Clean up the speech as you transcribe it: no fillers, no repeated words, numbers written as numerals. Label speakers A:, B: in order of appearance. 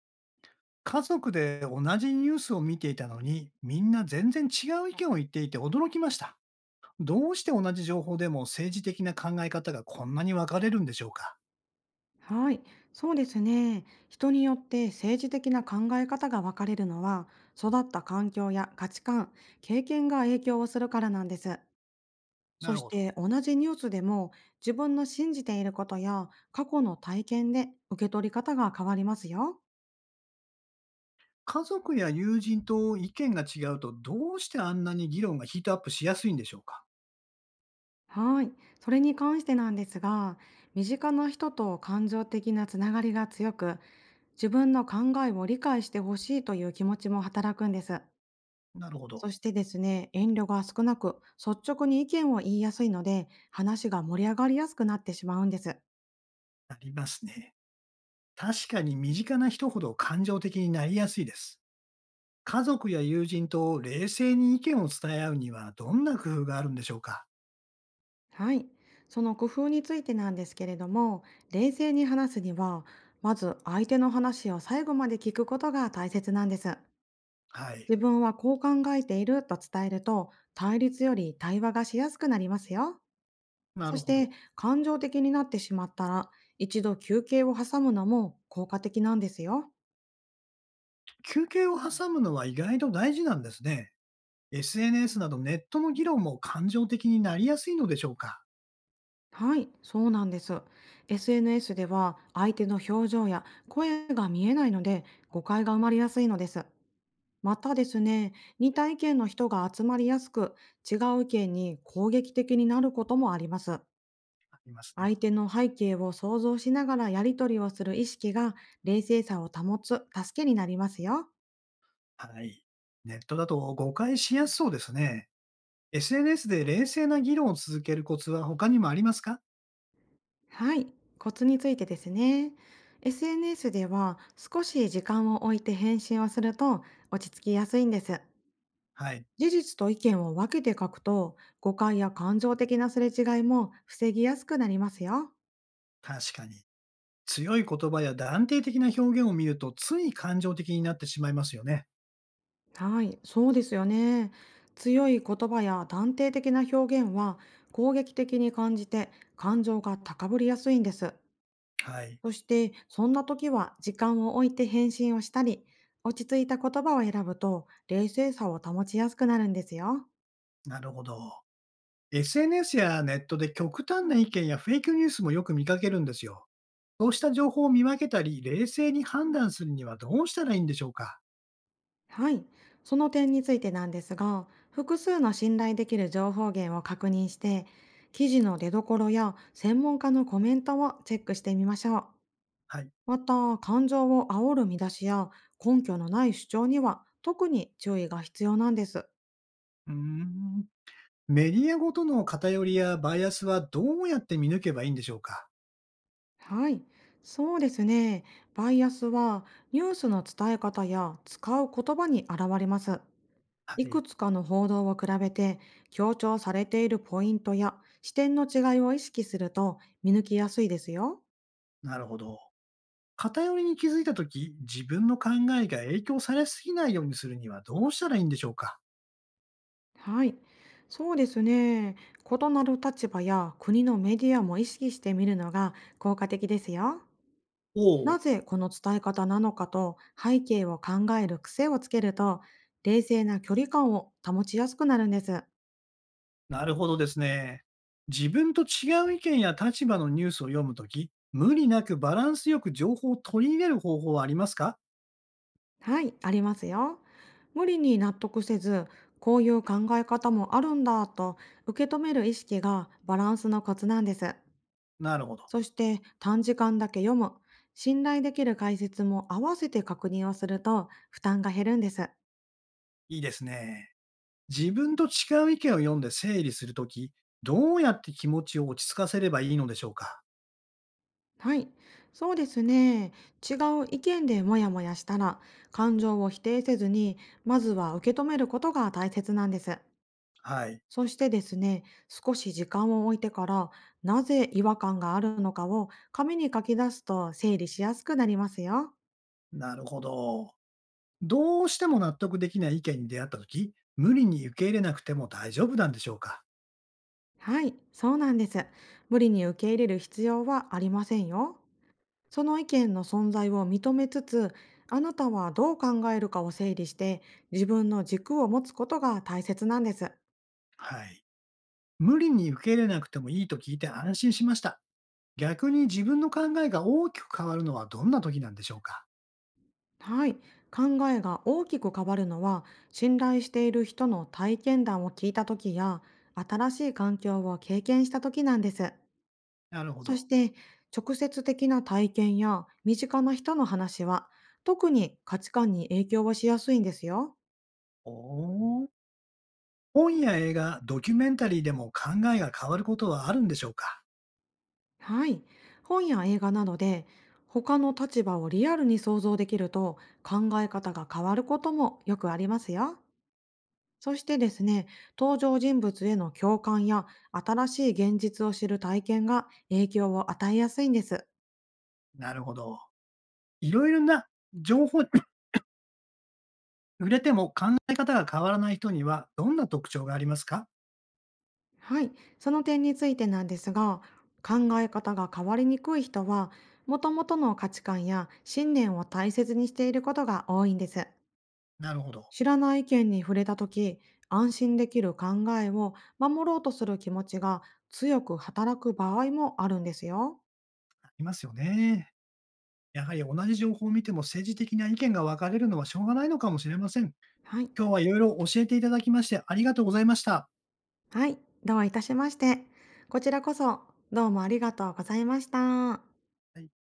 A: 家族で同じニュースを見ていたのに、みんな全然違う意見を言っていて驚きました。どうして同じ情報でも政治的な考え方がこんなに分かれるんでしょうか？
B: はい、そうですね。人によって政治的な考え方が分かれるのは、育った環境や価値観、経験が影響をするからなんです。
A: な
B: そ
A: る
B: し
A: ほど。
B: て同じニュースでも自分の信じていることや過去の体験で受け取り方が変わりますよ。
A: 家族や友人と意見が違うと、どうしてあんなに議論がヒートアップしやすいんでしょうか？
B: はい、それに関してなんですが、身近な人と感情的なつながりが強く、自分の考えを理解してほしいという気持ちも働くんです。
A: なるほど。
B: そしてですね、遠慮が少なく、率直に意見を言いやすいので、話が盛り上がりやすくなってしまうんです。
A: なりますね。確かに身近な人ほど感情的になりやすいです。家族や友人と冷静に意見を伝え合うには、どんな工夫があるんでしょうか？
B: はい。その工夫についてなんですけれども、冷静に話すには、まず相手の話を最後まで聞くことが大切なんです。
A: はい。
B: 自分はこう考えていると伝えると、対立より対話がしやすくなりますよ。
A: な
B: そ
A: る
B: し
A: ほ
B: て、
A: ど。
B: 感情的になってしまったら、一度休憩を挟むのも効果的なんですよ。
A: 休憩を挟むのは意外と大事なんですね。SNS などネットの議論も感情的になりやすいのでしょうか？
B: はい、そうなんです。SNS では相手の表情や声が見えないので誤解が生まれやすいのです。またですね、似た意見の人が集まりやすく、違う意見に攻撃的になることもあります。
A: ありますね。
B: 相手の背景を想像しながらやり取りをする意識が冷静さを保つ助けになりますよ。
A: はい。ネットだと誤解しやすそうですね。SNS で冷静な議論を続けるコツは他にもありますか？
B: はい、コツについてですね。SNS では少し時間を置いて返信をすると落ち着きやすいんです。
A: はい。
B: 事実と意見を分けて書くと、誤解や感情的なすれ違いも防ぎやすくなりますよ。
A: 確かに。強い言葉や断定的な表現を見るとつい感情的になってしまいますよね。
B: はい、そうですよね。強い言葉や断定的な表現は攻撃的に感じて感情が高ぶりやすいんです。
A: はい。
B: そして、そんな時は時間を置いて返信をしたり、落ち着いた言葉を選ぶと冷静さを保ちやすくなるんですよ。
A: なるほど。SNS やネットで極端な意見やフェイクニュースもよく見かけるんですよ。そうした情報を見分けたり、冷静に判断するにはどうしたらいいんでしょうか？
B: はい。その点についてなんですが、複数の信頼できる情報源を確認して、記事の出どころや専門家のコメントをチェックしてみましょう。
A: はい。
B: また、感情を煽る見出しや根拠のない主張には特に注意が必要なんです。
A: うーん。メディアごとの偏りやバイアスはどうやって見抜けばいいんでしょうか？
B: はい。そうですね。バイアスはニュースの伝え方や使う言葉に現れます。
A: は
B: いく
A: い、
B: つかの報道を比べて強調されているポイントや視点の違いを意識すると見抜きやすいですよ。
A: なるほど。偏りに気づいたとき、自分の考えが影響されすぎないようにするにはどうしたらいいんでしょうか？
B: はい。そうですね。異なる立場や国のメディアも意識してみるのが効果的ですよ。
A: おお、
B: なぜこの伝え方なのかと背景を考える癖をつけると冷静な距離感を保ちやすくなるんです。
A: なるほどですね。自分と違う意見や立場のニュースを読むとき、無理なくバランスよく情報を取り入れる方法はありますか？
B: はい、ありますよ。無理に納得せず、こういう考え方もあるんだと受け止める意識がバランスのコツなんです。
A: なるほど、
B: そして短時間だけ読む、信頼できる解説も合わせて確認をすると負担が減るんです。
A: いいですね。自分と違う意見を読んで整理するとき、どうやって気持ちを落ち着かせればいいのでしょうか？
B: はい、そうですね。違う意見でモヤモヤしたら、感情を否定せずに、まずは受け止めることが大切なんです。
A: はい。
B: そしてですね、少し時間を置いてから、なぜ違和感があるのかを紙に書き出すと整理しやすくなりますよ。
A: なるほど。どうしても納得できない意見に出会ったとき、無理に受け入れなくても大丈夫なんでしょうか？
B: はい、そうなんです。無理に受け入れる必要はありませんよ。その意見の存在を認めつつ、あなたはどう考えるかを整理して、自分の軸を持つことが大切なんです。
A: はい。無理に受け入れなくてもいいと聞いて安心しました。逆に自分の考えが大きく変わるのはどんな時なんでしょうか？
B: はい、考えが大きく変わるのは信頼している人の体験談を聞いた時や新しい環境を経験した時なんです。
A: なるほ
B: そ
A: ど。
B: して直接的な体験や身近な人の話は特に価値観に影響をしやすいんですよ。
A: おー、本や映画、ドキュメンタリーでも考えが変わることはあるんでしょうか？
B: はい、本や映画などで他の立場をリアルに想像できると考え方が変わることもよくありますよ。そしてですね、登場人物への共感や新しい現実を知る体験が影響を与えやすいんです。
A: なるほど。いろいろな情報売れても考え方が変わらない人にはどんな特徴がありますか？
B: はい。その点についてなんですが、考え方が変わりにくい人は、もともとの価値観や信念を大切にしていることが多いんです。
A: なるほど。
B: 知らない意見に触れたとき、安心できる考えを守ろうとする気持ちが強く働く場合もあるんですよ。
A: ありますよね。やはり同じ情報を見ても政治的な意見が分かれるのはしょうがないのかもしれません。
B: はい。
A: 今日はいろいろ教えていただきましてありがとうございました。
B: はい、どういたしまして。こちらこそ、どうもありがとうございました。